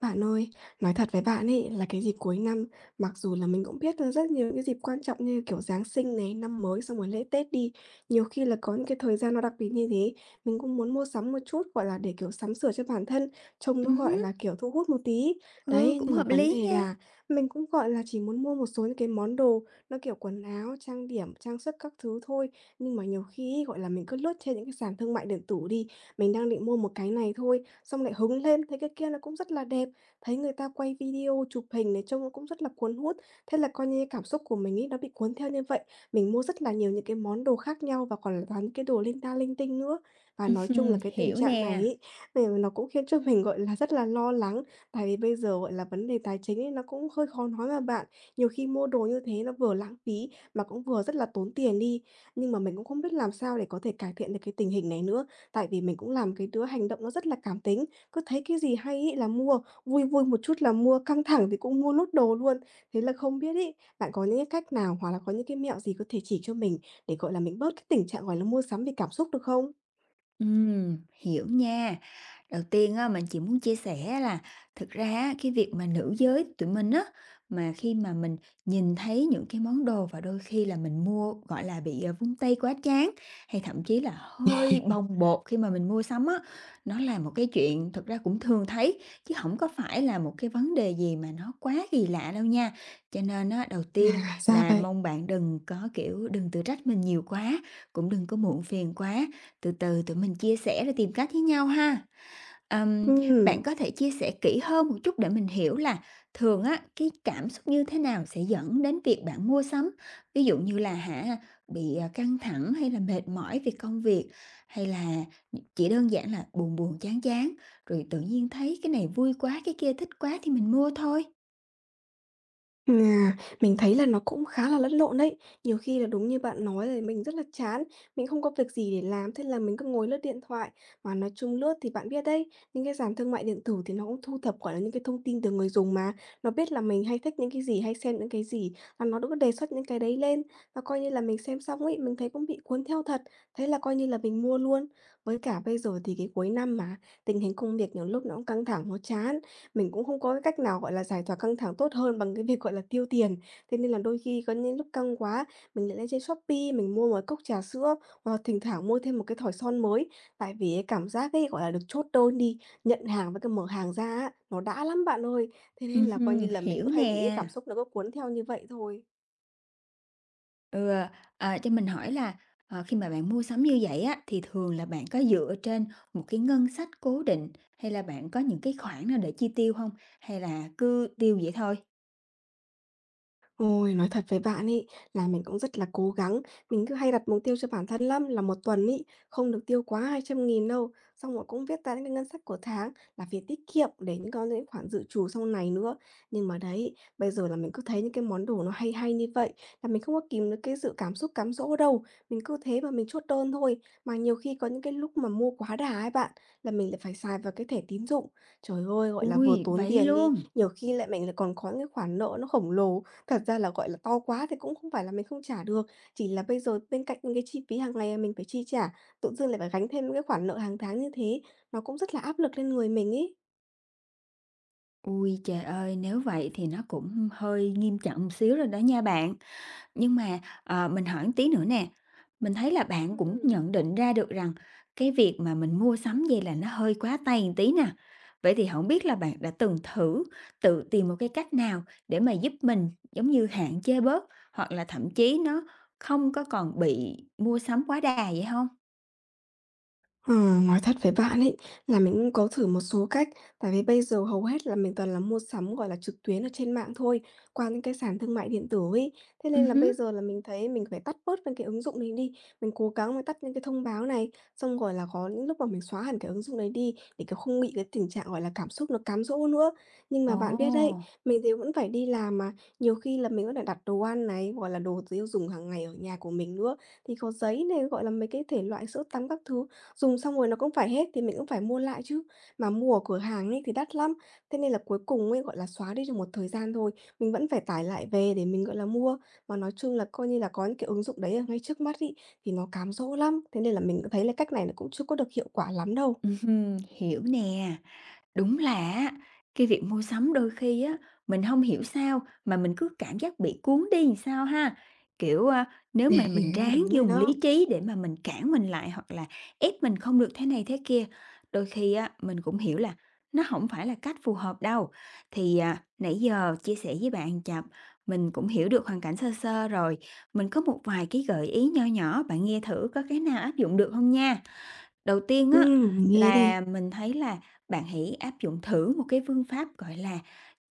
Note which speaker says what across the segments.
Speaker 1: Bạn ơi, nói thật với bạn ấy là cái dịp cuối năm, mặc dù là mình cũng biết là rất nhiều những cái dịp quan trọng như kiểu Giáng sinh này, năm mới xong rồi lễ Tết đi, nhiều khi là có những cái thời gian nó đặc biệt như thế, mình cũng muốn mua sắm một chút, gọi là, để, kiểu, sắm sửa cho bản thân, trông nó, gọi
Speaker 2: Hứm,
Speaker 1: là, kiểu, thu hút một tí.
Speaker 2: ừ,
Speaker 1: Đấy,
Speaker 2: cũng
Speaker 1: nhưng mà
Speaker 2: hợp
Speaker 1: vấn
Speaker 2: lý
Speaker 1: đề
Speaker 2: nha.
Speaker 1: là mình cũng, gọi là, chỉ muốn mua một số những cái món đồ nó kiểu quần áo, trang điểm, trang sức các thứ thôi, nhưng mà nhiều khi ấy, gọi là, mình cứ lướt trên những cái sàn thương mại điện tử đi, mình đang định mua một cái này thôi, xong lại hứng lên thấy cái kia nó cũng rất là đẹp, thấy người ta quay video, chụp hình này trông nó cũng rất là cuốn hút. Thế là coi như cảm xúc của mình ấy, nó bị cuốn theo như vậy. Mình mua rất là nhiều những cái món đồ khác nhau và còn là toàn những cái đồ linh ta linh tinh nữa. Và nói chung là
Speaker 2: Hưm,
Speaker 1: cái tình
Speaker 2: hiểu
Speaker 1: trạng này
Speaker 2: nè,
Speaker 1: ấy, thì nó cũng khiến cho mình, gọi là, rất là lo lắng, tại vì bây giờ, gọi là, vấn đề tài chính ấy nó cũng hơi khó nói mà bạn. Nhiều khi mua đồ như thế nó vừa lãng phí mà cũng vừa rất là tốn tiền đi. Nhưng mà mình cũng không biết làm sao để có thể cải thiện được cái tình hình này nữa, tại vì mình cũng làm cái đứa hành động nó rất là cảm tính, cứ thấy cái gì hay ấy là mua. Vui vui một chút là mua, căng thẳng thì cũng mua nốt đồ luôn. Thế là không biết ấy, bạn có những cái cách nào hoặc là có những cái mẹo gì có thể chỉ cho mình để, gọi là, mình bớt cái tình trạng, gọi là, mua sắm vì cảm xúc được không?
Speaker 2: hiểu nha. Đầu tiên á, mình chỉ muốn chia sẻ là thực ra á, cái việc mà nữ giới tụi mình á, mà khi mà mình nhìn thấy những cái món đồ và đôi khi là mình mua, gọi là, bị, vung tay quá trán, hay thậm chí là hơi bồng bột khi mà mình mua sắm á, nó là một cái chuyện thực ra cũng thường thấy, chứ không có phải là một cái vấn đề gì mà nó quá kỳ lạ đâu nha. Cho nên á, đầu tiên
Speaker 1: À, ra
Speaker 2: là
Speaker 1: vậy.
Speaker 2: mong bạn đừng có, kiểu, đừng tự trách mình nhiều quá, cũng đừng có muộn phiền quá, từ từ tụi mình chia sẻ rồi tìm cách với nhau ha. Ừm,
Speaker 1: Ừm.
Speaker 2: bạn có thể chia sẻ kỹ hơn một chút để mình hiểu là thường á, cái cảm xúc như thế nào sẽ dẫn đến việc bạn mua sắm? Ví dụ như là hả, bị, căng thẳng hay là mệt mỏi vì công việc, hay là chỉ đơn giản là buồn buồn, chán chán, rồi tự nhiên thấy cái này vui quá, cái kia thích quá thì mình mua thôi?
Speaker 1: À, mình thấy là nó cũng khá là lẫn lộn đấy. Nhiều khi là đúng như bạn nói là mình rất là chán, mình không có việc gì để làm, thế là mình cứ ngồi lướt điện thoại. Mà nói chung lướt thì bạn biết đấy, những cái sàn thương mại điện tử thì nó cũng thu thập, gọi là, những cái thông tin từ người dùng mà. Nó biết là mình hay thích những cái gì, hay xem những cái gì, là nó cũng đề xuất những cái đấy lên. Và coi như là mình xem xong ấy, mình thấy cũng bị cuốn theo thật, thế là coi như là mình mua luôn. Với cả bây giờ thì cái cuối năm mà, tình hình công việc nhiều lúc nó cũng căng thẳng, nó chán. Mình cũng không có cái cách nào, gọi là, giải tỏa căng thẳng tốt hơn bằng cái việc, gọi là, tiêu tiền. Thế nên là đôi khi có những lúc căng quá, mình lại lên trên Shopee mình mua một cốc trà sữa, hoặc là thỉnh thoảng mua thêm một cái thỏi son mới. Tại vì cái cảm giác ấy, gọi là, được chốt đơn đi, nhận hàng với cái mở hàng ra á, nó đã lắm bạn ơi. Thế nên là coi như
Speaker 2: Ừm,
Speaker 1: là mình
Speaker 2: hiểu
Speaker 1: cũng hay bị cái cảm
Speaker 2: nè.
Speaker 1: xúc nó cứ cuốn theo như vậy thôi.
Speaker 2: Ừ, cho mình hỏi là, khi mà bạn mua sắm như vậy á, thì thường là bạn có dựa trên một cái ngân sách cố định, hay là bạn có những cái khoản nào để chi tiêu không? Hay là cứ tiêu vậy thôi?
Speaker 1: Ôi, nói thật với bạn ấy là mình cũng rất là cố gắng, mình cứ hay đặt mục tiêu cho bản thân lắm là một tuần ấy không được tiêu quá 200.000 đâu, xong rồi cũng viết ra những cái ngân sách của tháng là phải tiết kiệm để những con những khoản dự trù sau này nữa. Nhưng mà đấy, bây giờ là mình cứ thấy những cái món đồ nó hay hay như vậy là mình không có kìm được cái sự cảm xúc cám dỗ đâu, mình cứ thế mà mình chốt đơn thôi. Mà nhiều khi có những cái lúc mà mua quá đà ấy bạn, là mình lại phải xài vào cái thẻ tín dụng. Trời ơi, gọi là vừa
Speaker 2: Ui
Speaker 1: tốn
Speaker 2: vậy
Speaker 1: tiền đi,
Speaker 2: luôn!
Speaker 1: nhiều khi lại mình lại còn có những khoản nợ nó khổng lồ. Thật ra là, gọi là, to quá thì cũng không phải là mình không trả được, chỉ là bây giờ bên cạnh những cái chi phí hàng ngày mình phải chi trả, tự dưng lại phải gánh thêm những cái khoản nợ hàng tháng như thế, nó cũng rất là áp lực lên người mình ý.
Speaker 2: Ui trời ơi, nếu vậy thì nó cũng hơi nghiêm trọng một xíu rồi đó nha bạn. Nhưng mà, mình hỏi một tí nữa nè, mình thấy là bạn cũng
Speaker 1: Ừm.
Speaker 2: nhận định ra được rằng cái việc mà mình mua sắm vậy là nó hơi quá tay một tí nè. Vậy thì không biết là bạn đã từng thử tự tìm một cái cách nào để mà giúp mình, giống như, hạn chế bớt hoặc là thậm chí nó không có còn bị mua sắm quá đà vậy không?
Speaker 1: Ờ, nói thật với bạn ấy là mình cũng có thử một số cách, tại vì bây giờ hầu hết là mình toàn là mua sắm, gọi là, trực tuyến ở trên mạng thôi, qua những cái sàn thương mại điện tử ấy. Thế
Speaker 2: Ừ
Speaker 1: nên là bây
Speaker 2: hứm.
Speaker 1: giờ là mình thấy mình phải tắt bớt những cái ứng dụng đấy đi, mình cố gắng mình tắt những cái thông báo này, xong rồi là có những lúc mà mình xóa hẳn cái ứng dụng đấy đi để cái không bị cái tình trạng, gọi là, cảm xúc nó cám dỗ nữa. Nhưng mà bạn biết đấy,
Speaker 2: Ồ,
Speaker 1: mình thì vẫn phải đi làm mà, nhiều khi là mình vẫn phải đặt đồ ăn này, gọi là, đồ tiêu dùng hàng ngày ở nhà của mình nữa, thì có giấy này, gọi là, mấy cái thể loại sữa tắm các thứ. Dùng xong rồi nó cũng phải hết thì mình cũng phải mua lại chứ. Mà mua ở cửa hàng ấy thì đắt lắm, thế nên là cuối cùng ấy, gọi là, xóa đi được một thời gian thôi, mình vẫn phải tải lại về để mình, gọi là, mua. Mà nói chung là coi như là có những cái ứng dụng đấy ở ngay trước mắt ấy, thì nó cám dỗ lắm, thế nên là mình cũng thấy là cách này nó cũng chưa có được hiệu quả lắm đâu.
Speaker 2: hưm, hiểu nè. Đúng là á, cái việc mua sắm đôi khi á, mình không hiểu sao mà mình cứ cảm giác bị cuốn đi làm sao ha. Kiểu, a, nếu mà mình ráng
Speaker 1: Đúng rồi
Speaker 2: dùng
Speaker 1: đó.
Speaker 2: lý trí để mà mình cản mình lại hoặc là ép mình không được thế này thế kia, đôi khi á, mình cũng hiểu là nó không phải là cách phù hợp đâu. Thì, nãy giờ chia sẻ với bạn chập mình cũng hiểu được hoàn cảnh sơ sơ rồi, mình có một vài cái gợi ý nho nhỏ, bạn nghe thử có cái nào áp dụng được không nha? Đầu tiên á,
Speaker 1: Mình nghe
Speaker 2: là
Speaker 1: đây.
Speaker 2: mình thấy là bạn hãy áp dụng thử một cái phương pháp, gọi là,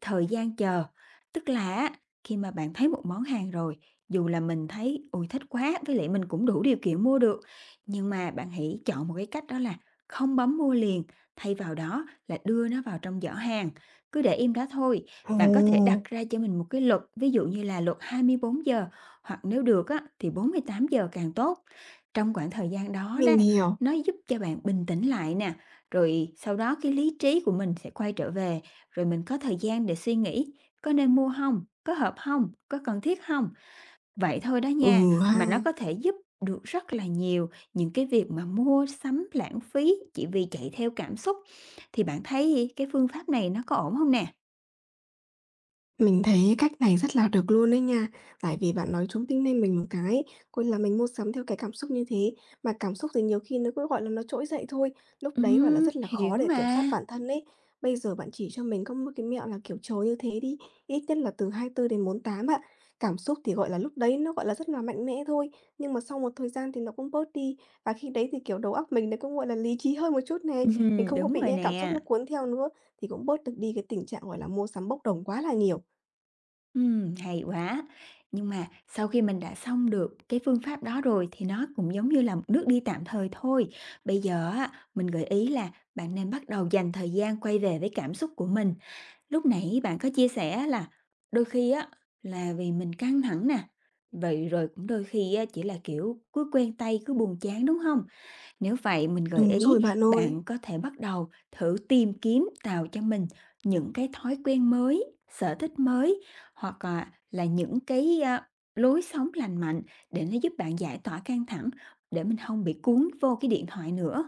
Speaker 2: thời gian chờ, tức là á, khi mà bạn thấy một món hàng rồi, dù là mình thấy, ui thích quá, với lại mình cũng đủ điều kiện mua được, nhưng mà bạn hãy chọn một cái cách đó là không bấm mua liền, thay vào đó là đưa nó vào trong giỏ hàng, cứ để im đó thôi. Bạn có thể đặt
Speaker 1: Ồ,
Speaker 2: ra cho mình một cái luật, ví dụ như là luật 24 giờ, hoặc nếu được á, thì 48 giờ càng tốt. Trong khoảng thời gian đó đó,
Speaker 1: mình hiểu.
Speaker 2: nó giúp cho bạn bình tĩnh lại nè, rồi sau đó cái lý trí của mình sẽ quay trở về, rồi mình có thời gian để suy nghĩ có nên mua không, có hợp không, có cần thiết không. Vậy thôi đó nha,
Speaker 1: Ừ ha.
Speaker 2: mà nó có thể giúp được rất là nhiều những cái việc mà mua sắm lãng phí chỉ vì chạy theo cảm xúc. Thì bạn thấy cái phương pháp này nó có ổn không nè?
Speaker 1: Mình thấy cách này rất là được luôn đấy nha. Tại vì bạn nói trúng tính lên mình một cái, coi là mình mua sắm theo cái cảm xúc như thế, mà cảm xúc thì nhiều khi nó cứ, gọi là, nó trỗi dậy thôi, lúc đấy, gọi là, rất là khó
Speaker 2: Hiểu
Speaker 1: để kiểm
Speaker 2: mà.
Speaker 1: soát bản thân ấy. Bây giờ bạn chỉ cho mình có một cái mẹo là kiểu trồi như thế đi, ít nhất là từ 24 đến 48 ạ. Cảm xúc thì, gọi là, lúc đấy nó, gọi là, rất là mạnh mẽ thôi, nhưng mà sau một thời gian thì nó cũng bớt đi, và khi đấy thì, kiểu, đầu óc mình nó cũng, gọi là, lý trí hơn một chút này, mình không có bị
Speaker 2: Đúng
Speaker 1: những
Speaker 2: rồi
Speaker 1: cái cảm xúc
Speaker 2: nè.
Speaker 1: nó cuốn theo nữa, thì cũng bớt được đi cái tình trạng, gọi là, mua sắm bốc đồng quá là nhiều.
Speaker 2: Hay quá! Nhưng mà sau khi mình đã xong được cái phương pháp đó rồi thì nó cũng giống như là một nước đi tạm thời thôi. Bây giờ á, mình gợi ý là bạn nên bắt đầu dành thời gian quay về với cảm xúc của mình. Lúc nãy bạn có chia sẻ là đôi khi á, là vì mình căng thẳng nè, vậy rồi cũng đôi khi á, chỉ là, kiểu, cứ quen tay, cứ buồn chán, đúng không? Nếu vậy mình gợi
Speaker 1: Đúng rồi
Speaker 2: ý
Speaker 1: bạn ơi.
Speaker 2: bạn có thể bắt đầu thử tìm kiếm tạo cho mình những cái thói quen mới, sở thích mới hoặc là những cái lối sống lành mạnh để nó giúp bạn giải tỏa căng thẳng, để mình không bị cuốn vô cái điện thoại nữa.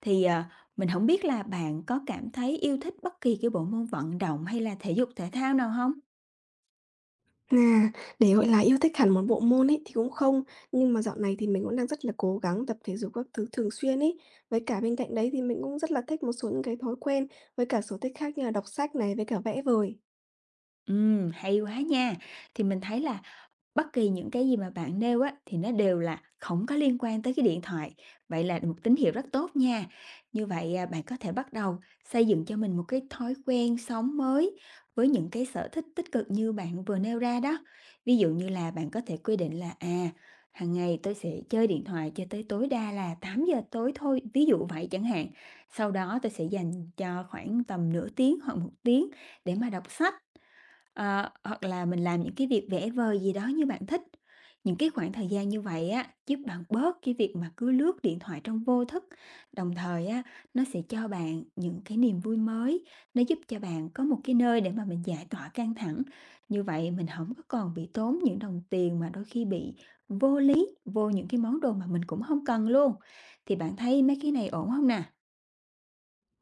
Speaker 2: Thì mình không biết là bạn có cảm thấy yêu thích bất kỳ cái bộ môn vận động hay là thể dục thể thao nào không?
Speaker 1: À, để, gọi là, yêu thích hẳn một bộ môn ấy thì cũng không, nhưng mà dạo này thì mình cũng đang rất là cố gắng tập thể dục các thứ thường xuyên ấy. Với cả bên cạnh đấy thì mình cũng rất là thích một số những cái thói quen với cả sở thích khác như là đọc sách này, với cả vẽ vời.
Speaker 2: Ừ, hay quá nha. Thì mình thấy là bất kỳ những cái gì mà bạn nêu á, thì nó đều là không có liên quan tới cái điện thoại, vậy là một tín hiệu rất tốt nha. Như vậy, bạn có thể bắt đầu xây dựng cho mình một cái thói quen sống mới với những cái sở thích tích cực như bạn vừa nêu ra đó. Ví dụ như là bạn có thể quy định là, hàng ngày tôi sẽ chơi điện thoại cho tới tối đa là 8 giờ tối thôi, ví dụ vậy chẳng hạn. Sau đó tôi sẽ dành cho khoảng tầm nửa tiếng hoặc một tiếng để mà đọc sách. Hoặc là mình làm những cái việc vẽ vời gì đó như bạn thích. Những cái khoảng thời gian như vậy á, giúp bạn bớt cái việc mà cứ lướt điện thoại trong vô thức. Đồng thời á, nó sẽ cho bạn những cái niềm vui mới, nó giúp cho bạn có một cái nơi để mà mình giải tỏa căng thẳng. Như vậy mình không có còn bị tốn những đồng tiền mà đôi khi bị vô lý, vô những cái món đồ mà mình cũng không cần luôn. Thì bạn thấy mấy cái này ổn không nè?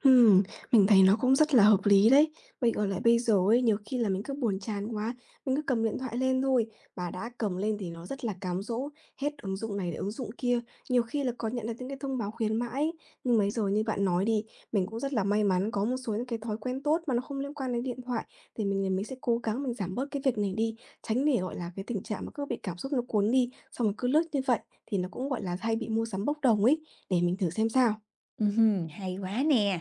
Speaker 1: Ừm, mình thấy nó cũng rất là hợp lý đấy. Mình ở lại bây giờ ấy, nhiều khi là mình cứ buồn chán quá, mình cứ cầm điện thoại lên thôi, và đã cầm lên thì nó rất là cám dỗ, hết ứng dụng này đến ứng dụng kia, nhiều khi là có nhận được những cái thông báo khuyến mãi ấy. Nhưng mấy giờ như bạn nói đi, mình cũng rất là may mắn có một số những cái thói quen tốt mà nó không liên quan đến điện thoại, thì mình sẽ cố gắng mình giảm bớt cái việc này đi, tránh để, gọi là, cái tình trạng mà cứ bị cảm xúc nó cuốn đi, xong rồi cứ lướt như vậy thì nó cũng, gọi là, hay bị mua sắm bốc đồng ấy, để mình thử xem sao.
Speaker 2: Ừm, hay quá nè.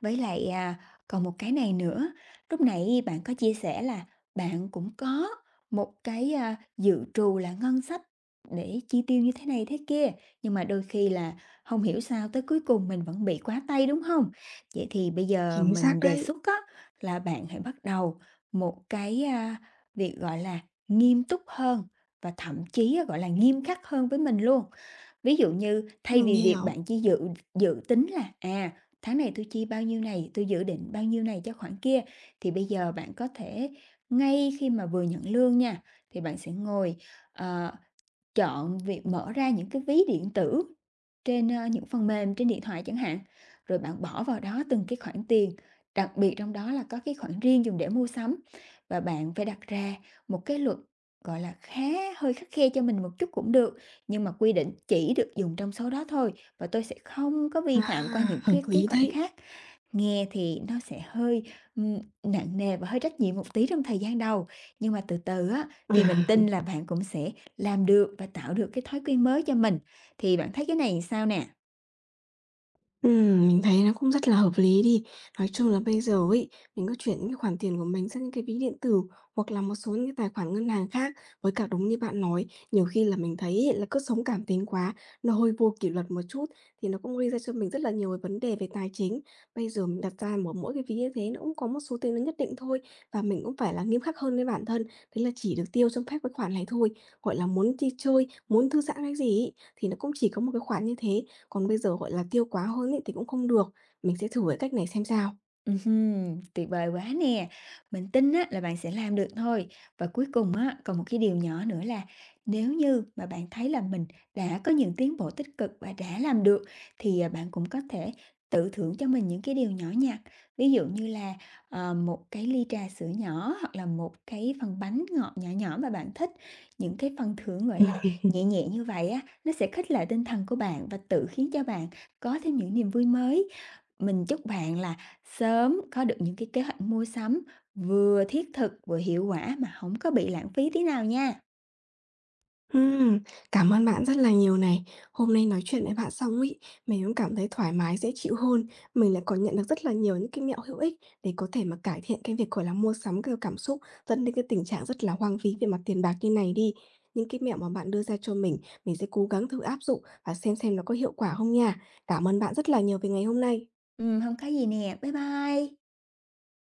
Speaker 2: Với lại, còn một cái này nữa, lúc nãy bạn có chia sẻ là bạn cũng có một cái, dự trù là ngân sách để chi tiêu như thế này thế kia, nhưng mà đôi khi là không hiểu sao tới cuối cùng mình vẫn bị quá tay, đúng không? Vậy thì bây giờ
Speaker 1: Chính xác
Speaker 2: mình đề
Speaker 1: đấy.
Speaker 2: xuất á, là bạn hãy bắt đầu một cái, việc, gọi là, nghiêm túc hơn và thậm chí á, gọi là, nghiêm khắc hơn với mình luôn. Ví dụ như thay
Speaker 1: Mình
Speaker 2: vì việc
Speaker 1: hiểu.
Speaker 2: bạn chỉ dự dự tính là, tháng này tôi chi bao nhiêu này, tôi dự định bao nhiêu này cho khoản kia. Thì bây giờ bạn có thể ngay khi mà vừa nhận lương nha, thì bạn sẽ ngồi, ờ, chọn việc mở ra những cái ví điện tử trên, những phần mềm trên điện thoại chẳng hạn, rồi bạn bỏ vào đó từng cái khoản tiền, đặc biệt trong đó là có cái khoản riêng dùng để mua sắm. Và bạn phải đặt ra một cái luật, gọi là, khá hơi khắt khe cho mình một chút cũng được, nhưng mà quy định chỉ được dùng trong số đó thôi, và tôi sẽ không có vi phạm qua
Speaker 1: À,
Speaker 2: những
Speaker 1: hợp
Speaker 2: cái
Speaker 1: lý
Speaker 2: khoản
Speaker 1: đấy.
Speaker 2: khác. Nghe thì nó sẽ hơi, nặng nề và hơi trách nhiệm một tí trong thời gian đầu, nhưng mà từ từ á, thì mình
Speaker 1: Ờ.
Speaker 2: tin là bạn cũng sẽ làm được và tạo được cái thói quen mới cho mình. Thì bạn thấy cái này sao nè?
Speaker 1: Mình thấy nó cũng rất là hợp lý đi. Nói chung là bây giờ ấy, mình cứ chuyển những cái khoản tiền của mình sang những cái ví điện tử hoặc là một số những cái tài khoản ngân hàng khác. Với cả đúng như bạn nói, nhiều khi là mình thấy ấy, là cứ sống cảm tính quá, nó hơi vô kỷ luật một chút thì nó cũng gây ra cho mình rất là nhiều cái vấn đề về tài chính. Bây giờ mình đặt ra mỗi mỗi cái ví như thế nó cũng có một số tiền nó nhất định thôi và mình cũng phải là nghiêm khắc hơn với bản thân. Thế là chỉ được tiêu trong phép cái khoản này thôi. Gọi là muốn đi chơi, muốn thư giãn cái gì ấy, thì nó cũng chỉ có một cái khoản như thế còn bây giờ, gọi là, tiêu quá hơn ấy thì cũng không được, mình sẽ thử cái cách này xem sao.
Speaker 2: Ừm, tuyệt vời quá nè! Mình tin á là bạn sẽ làm được thôi. Và cuối cùng á, còn một cái điều nhỏ nữa là nếu như mà bạn thấy là mình đã có những tiến bộ tích cực và đã làm được thì, bạn cũng có thể tự thưởng cho mình những cái điều nhỏ nhặt. Ví dụ như là, một cái ly trà sữa nhỏ hoặc là một cái phần bánh ngọt nhỏ nhỏ mà bạn thích. Những cái phần thưởng, gọi là, nhẹ nhẹ như vậy á, nó sẽ khích lệ tinh thần của bạn và tự khiến cho bạn có thêm những niềm vui mới. Mình chúc bạn là sớm có được những cái kế hoạch mua sắm vừa thiết thực vừa hiệu quả mà không có bị lãng phí tí nào nha.
Speaker 1: Ừm, cảm ơn bạn rất là nhiều này. Hôm nay nói chuyện với bạn xong ấy, mình cũng cảm thấy thoải mái, dễ chịu hơn. Mình lại còn nhận được rất là nhiều những cái mẹo hữu ích để có thể mà cải thiện cái việc, gọi là, mua sắm theo cảm xúc dẫn đến cái tình trạng rất là hoang phí về mặt tiền bạc như này đi. Những cái mẹo mà bạn đưa ra cho mình sẽ cố gắng thử áp dụng và xem nó có hiệu quả không nha. Cảm ơn bạn rất là nhiều về ngày hôm nay.
Speaker 2: Ừ, không có gì nè. Bye bye.